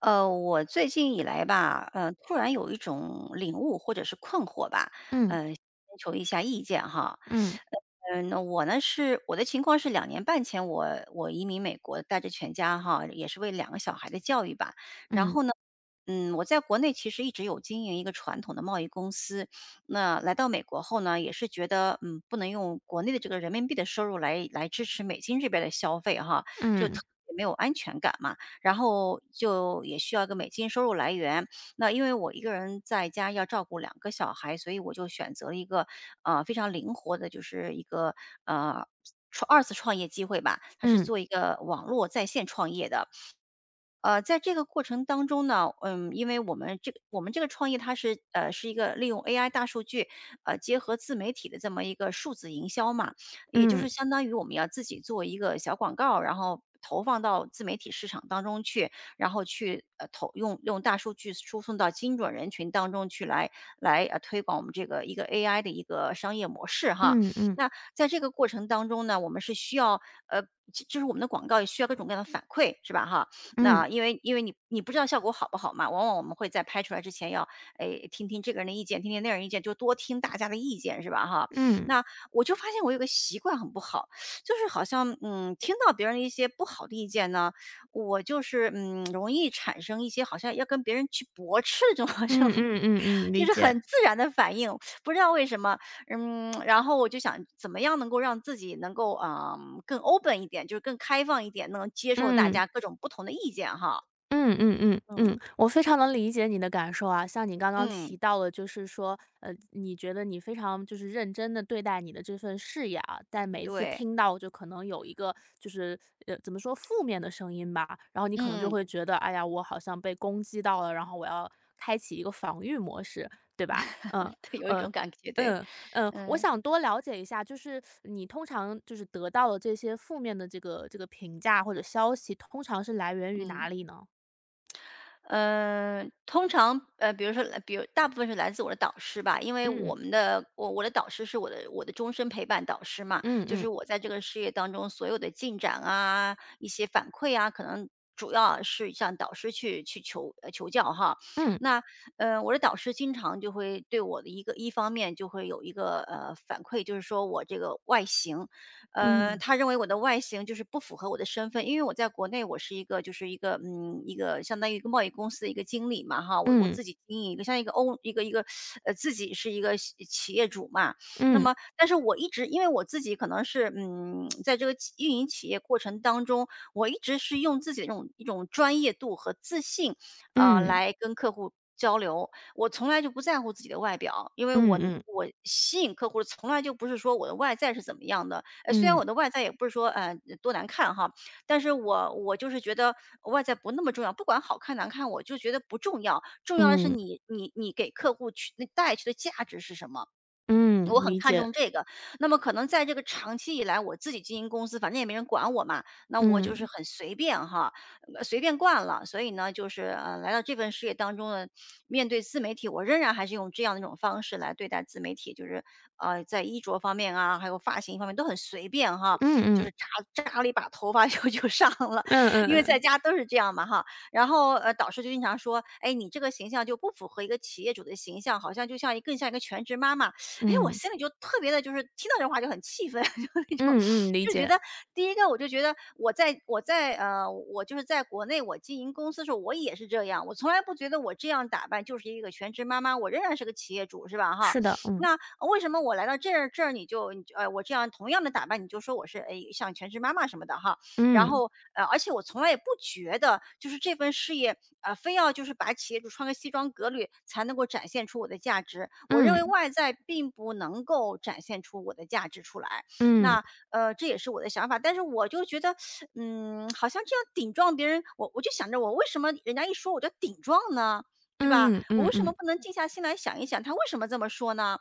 我最近以来吧，突然有一种领悟或者是困惑吧，嗯寻求一下意见哈。嗯嗯。那我呢是我的情况是2年半前我移民美国，带着全家哈，也是为两个小孩的教育吧。然嗯后呢，我在国内其实一直有经营一个传统的贸易公司。那来到美国后呢，也是觉得不能用国内的这个人民币的收入来支持美金这边的消费哈，就特嗯别没有安全感嘛。然后就也需要一个美金收入来源。那因为我一个人在家要照顾两个小孩，所以我就选择了一个非常灵活的，就是一个呃二次创业机会吧。它是嗯做一个网络在线创业的。在这个过程当中呢，因为我们这个创业它是一个利用 AI 大数据，结合自媒体的这么一个数字营销嘛，也就是嗯相当于我们要自己做一个小广告，然后投放到自媒体市场当中去，然后去呃投用用大数据输送到精准人群当中去，来推广我们这个一个 AI 的一个商业模式哈。嗯嗯嗯那在这个过程当中呢，我们是需要呃，就是我们的广告也需要各种各样的反馈是吧哈？嗯那因为你不知道效果好不好嘛，往往我们会在拍出来之前要，哎，听听这个人的意见，听听那个人意见，就多听大家的意见是吧哈？嗯那我就发现我有个习惯很不好，就是好像听到别人的一些不好的意见呢，我就是容易产生一些好像要跟别人去驳斥这种好像。嗯 嗯嗯就理是解，很自然的反应，不知道为什么。然后我就想怎么样能够让自己能够，更 open 一点，就是更开放一点，能接受大嗯。家各种不同的意见哈。嗯嗯嗯嗯，嗯，我非常能理解你的感受啊。像你刚刚嗯，提到的，就是说，呃，你觉得你非常就是认真的对待你的这份事业啊，但每一次对，听到就可能有一个就是怎么说负面的声音吧，然后你可能就嗯，会觉得，哎呀，我好像被攻击到了，然后我要开启一个防御模式，对吧？嗯 对，有一呃。种感觉，对，嗯嗯，我嗯，想多了解一下，就是你通常就是得到的这些负面的这个评价或者消息，通常是来源于嗯。哪里呢？嗯。通常比如说来，比如大部分是来自我的导师吧，因为我嗯们的我我的导师是我的终身陪伴导师嘛，嗯就是嗯我在这个事业当中所有的进展啊，一些反馈啊，可能主要是向导师去求教哈。嗯那我的导师经常就会对我的一方面就会有一个反馈，就是说我这个外形。嗯他认为我的外形就是不符合我的身份，因为我在国内我是一个就是一个相当于一个贸易公司的一个经理嘛哈。我嗯自己经营一个像一个欧一个一个呃自己是一个企业主嘛。那嗯么但是我一直因为我自己可能是在这个运营企业过程当中，我一直是用自己的一种专业度和自信嗯来跟客户交流。我从来就不在乎自己的外表，因为我嗯嗯我吸引客户从来就不是说我的外在是怎么样的。虽然嗯，我的外在也不是说多难看哈，但是我就是觉得外在不那么重要，不管好看难看，我就觉得不重要，重要的是嗯你给客户带去的价值是什么。嗯我很理看重解。这个。那么可能在这个长期以来，我自己经营公司，反正也没人管我嘛，那我就是嗯很随便哈，随便惯了。所以呢，就是来到这份事业当中呢，面对自媒体，我仍然还是用这样的一种方式来对待自媒体，就是在衣着方面啊，还有发型方面都很随便哈，嗯就是嗯扎了一把头发 就上了，嗯因为在嗯家都是这样嘛哈。然后导师就经常说，哎，你这个形象就不符合一个企业主的形象，好像就像一更像一个全职妈妈。哎，我嗯心里就特别的，就是听到这话就很气愤，就那种嗯嗯，理就觉解。得第一个我就觉得我就是在国内我经营公司的时候，我也是这样，我从来不觉得我这样打扮就是一个全职妈妈，我仍然是个企业主，是吧哈？是的，嗯那为什么我来到这儿你就你就呃，我这样同样的打扮，你就说我是，哎，像全职妈妈什么的哈。然嗯后，而且我从来也不觉得就是这份事业，非要就是把企业主穿个西装革履才能够展现出我的价值。我认为嗯外在并不能够展现出我的价值出来。嗯那，这也是我的想法，但是我就觉得，好像这样顶撞别人，我就想着我为什么人家一说我就顶撞呢？对吧？嗯我嗯为什么嗯不能静下心来想一想，他为什么这么说呢？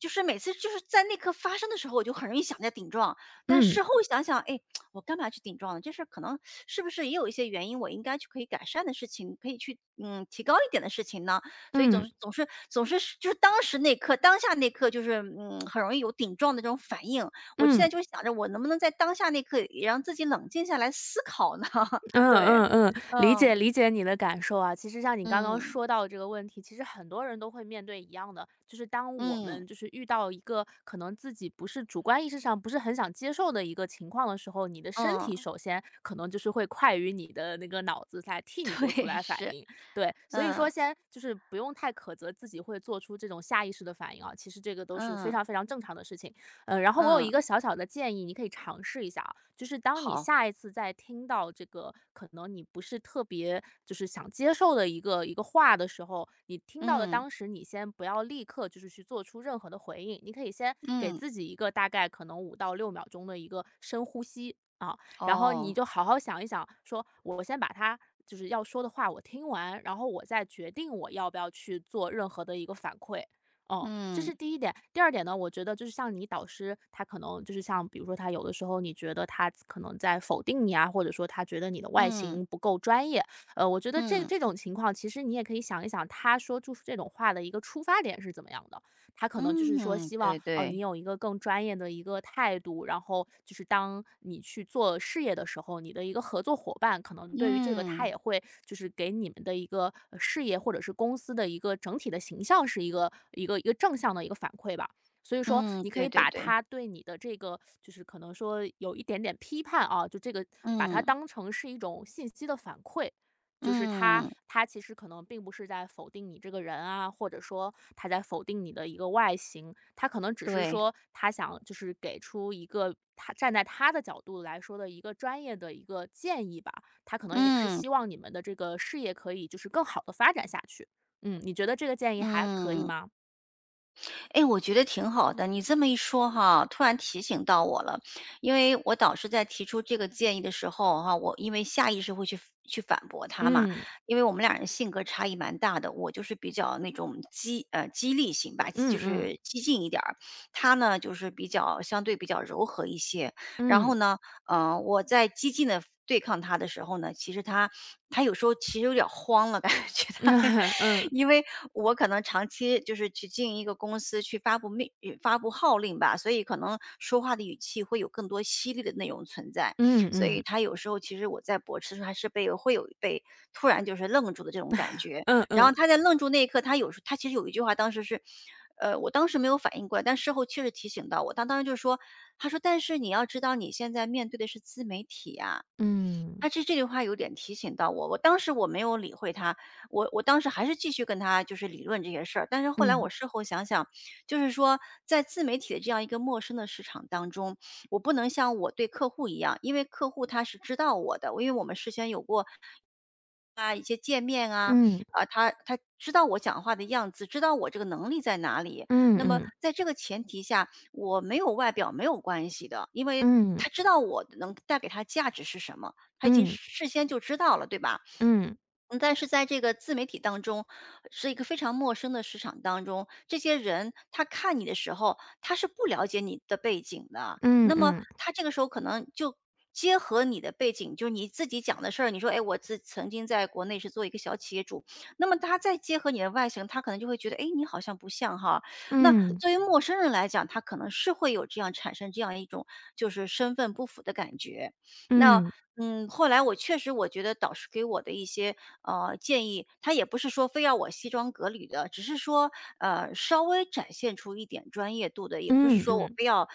就是每次就是在那刻发生的时候，我就很容易想在顶撞，但嗯事后想想，哎，我干嘛去顶撞呢？这事儿可能是不是也有一些原因，我应该去可以改善的事情，可以去提高一点的事情呢？所以总嗯是总是总是是就是当下那刻就是很容易有顶撞的这种反应。我现在嗯。就想着我能不能在当下那刻也让自己冷静下来思考呢？嗯 对，嗯嗯，理嗯解理解你的感受啊。其实像你刚刚嗯说到这个问题，其实很多人都会面对一样的，就是当我嗯们就是遇到一个可能自己不是主观意识上不是很想接受的一个情况的时候，你的身嗯，体首先可能就是会快于你的那个脑子来 替你做出对，来反是，应。对，所以嗯说先就是不用太苛责自己会做出这种下意识的反应啊，其实这个都是非嗯常非常正常的事情。嗯，然后我有一个嗯，小小的建议，你可以尝试一下啊，就是当你好，下一次再听到这个可能你不是特别就是想接受的一个话的时候，你听到的嗯当时你先不要立刻就是去做出任何的回应，你可以先给嗯，自己一个大概可能五到六秒钟的一个深呼吸啊，然后你哦，就好好想一想，说我先把它就是要说的话我听完，然后我再决定我要不要去做任何的一个反馈。哦，这嗯是第一点。第二点呢，我觉得就是像你导师，他可能就是像比如说他有的时候你觉得他可能在否定你啊，或者说他觉得你的外嗯形不够专业，呃，我觉得嗯。这种情况，其实你也可以想一想，他说出这种话的一个出发点是怎么样的。他可能就是说嗯，希望对哦、呃你对，有一个更专业的一个态度，然后就是当你去做事业的时候，你的一个合作伙伴可能对于这个他嗯，也会就是给你们的一个事业或者是公司的一个整体的形象是一个正向的一个反馈吧。所以说，嗯，你可对以对把对，他对你的这个，就是可能说有一点点批判啊，就这个，把它嗯，当成是一种信息的反馈，就是嗯，他其实可能并不是在否定你这个人啊，或者说他在否定你的一个外形，他可能只是对，说他想就是给出一个他站在他的角度来说的一个专业的一个建议吧，他可能也是嗯，希望你们的这个事业可以就是更好的发展下去。嗯，你觉得这个建议还可以嗯，吗？哎，我觉得挺好的，你这么一说哈，突然提醒到我了。因为我导师在提出这个建议的时候哈，我因为下意识会去反驳他嘛。嗯因为我们俩人性格差异蛮大的，我就是比较那种激励型吧，嗯就嗯是激进一点儿，他呢就是相对比较柔和一些。然后嗯 呢。我在激进的对抗他的时候呢，其实他，有时候其实有点儿慌了，感觉他会 嗯因为我可能长期就是去经营一个公司去发布发布号令吧，所以可能说话的语气会有更多犀利的内容存在，所以嗯他有时候其实我在驳斥的时候还是被会有被突然就是愣住的这种感觉。嗯然嗯后他在愣住那一刻，他其实有一句话，当时是，我当时没有反应过来，但事后确实提醒到我。他当时就说，他说：“但是你要知道你现在面对的是自媒体呀。”他嗯这句话有点提醒到我，我当时我没有理会他，我当时还是继续跟他就是理论这些事儿。但是后来嗯我嗯事后想想，就是说在自媒体的这样一个陌生的市场当中，我不能像我对客户一样，因为客户他是知道我的，因为我们事先有过啊，一些界面啊，嗯嗯啊，他知道我讲话的样子，知道我这个能力在哪里。嗯那么嗯在这个前提下，我没有外表没有关系的，因为他知道我能带给他价值是什么，他已经嗯嗯事先就知道了，对吧？嗯。嗯，但是在这个自媒体当中，是一个非常陌生的市场当中，这些人他看你的时候，他是不了解你的背景的。嗯那么嗯他这个时候可能就结合你的背景，就是你自己讲的事儿，你说，哎，我自曾经在国内是做一个小企业主，那么他再结合你的外形，他可能就会觉得，哎，你好像不像哈。那嗯作为陌生人来讲，他可能是会有这样产生这样一种就是身份不符的感觉。那嗯嗯，后来我确实我觉得导师给我的一些建议，他也不是说非要我西装革履的，只是说稍微展现出一点专业度的，也不是嗯说我嗯非要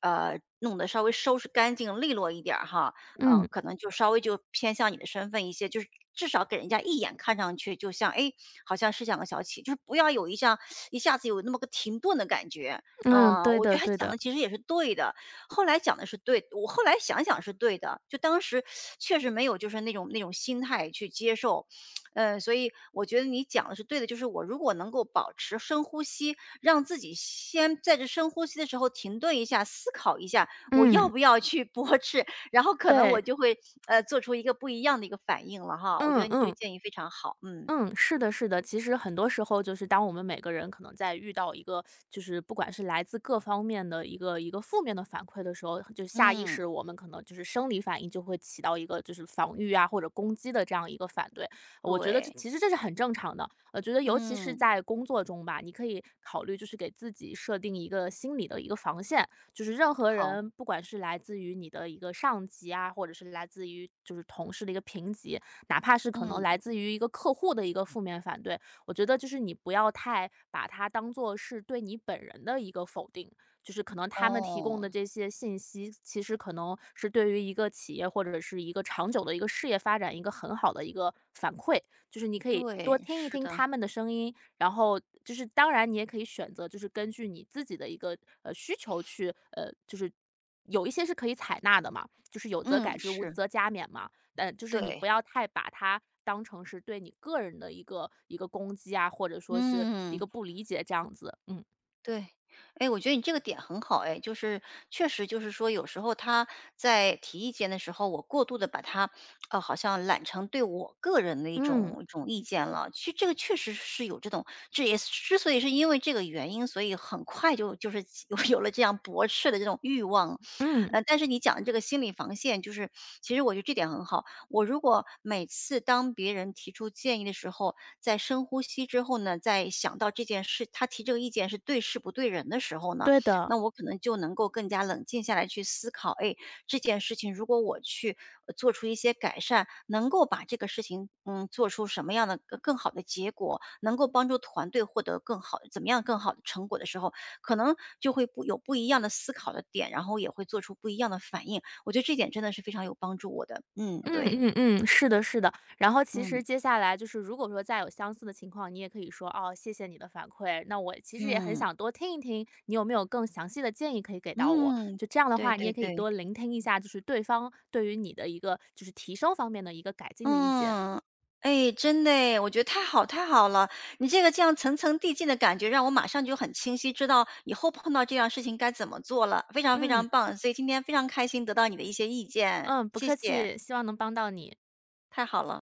弄得稍微收拾干净利落一点儿哈，嗯，嗯可能就稍微就偏向你的身份一些，就是至少给人家一眼看上去就像，哎，诶好像是两个小企，就是不要有一像一下子有那么个停顿的感觉。嗯，嗯，对我觉的得他对讲的的，其实也是对的，后来讲的是对我后来想想是对的，就当时确实没有就是那种心态去接受，嗯，所以我觉得你讲的是对的，就是我如果能够保持深呼吸，让自己先在这深呼吸的时候停顿一下，思考一下我要嗯，不要去 驳斥，然后可能我对，就会做出一个不一样的一个反应了哈。我觉得嗯你这个嗯。建议非常好，嗯嗯，是的，是的。其实很多时候，就是当我们每个人可能在遇到一个，就是不管是来自各方面的一个负面的反馈的时候，就下意嗯，识我们可能就是生理反应就会起到一个就是防御啊或者攻击的这样一个反对。我觉得这对，其实这是很正常的。我觉得尤其是嗯，在工作中吧，你可以考虑就是给自己设定一个心理的一个防线，就是任何好，人，不管是来自于你的一个上级啊，或者是来自于就是同事的一个评级，哪怕是可能嗯，来自于一个客户的一个负面反对，我觉得就是你不要太把它当做是对你本人的一个否定，就是可能他们提供哦，的这些信息，其实可能是对于一个企业或者是一个长久的一个事业发展一个很好的一个反馈，就是你可以多对，听一是听的，他们的声音，然后就是当然你也可以选择，就是根据你自己的一个需求去就是。有一些是可以采纳的嘛，就是有则改嗯，之，无是则加勉嘛。呃，就是你对，不要太把它当成是对你个人的一个攻击啊，或者说是一嗯。个不理解这样子，嗯。对，哎，我觉得你这个点很好，哎，就是确实就是说，有时候他在提意见的时候，我过度的把他，呃，好像揽成对我个人的一嗯种一种意见了。其实这个确实是有这种，这也是之所以是因为这个原因，所以很快就是 有了这样驳斥的这种欲望。嗯，呃，但是你讲的这个心理防线，就是其实我觉得这点很好，我如果每次当别人提出建议的时候，在深呼吸之后呢，再想到这件事，他提这个意见是对事不对人的时候呢，对的，那我可能就能够更加冷静下来去思考，哎，这件事情如果我去做出一些改善，能够把这个事情，嗯，做出什么样的更好的结果，能够帮助团队获得更好，怎么样更好的成果的时候，可能就会不有不一样的思考的点，然后也会做出不一样的反应。我觉得这点真的是非常有帮助我的。嗯，嗯对。嗯嗯，是的，是的。然后其嗯，实接下来就是，如果说再有相似的情况，你也可以说哦，谢谢你的反馈。那我其实也很嗯，想多听一听，你有没有更详细的建议可以给到我？嗯，就这样的对话，你对也可以对，多聆听一下，就是对方对于你的一个就是提升方面的一个改进的意见。嗯，哎，真的哎，我觉得太好太好了，你这个这样层层递进的感觉，让我马上就很清晰知道以后碰到这样事情该怎么做了，非常非嗯常棒，所以今天非常开心得到你的一些意见，嗯，不谢客谢，气，希望能帮到你。太好了。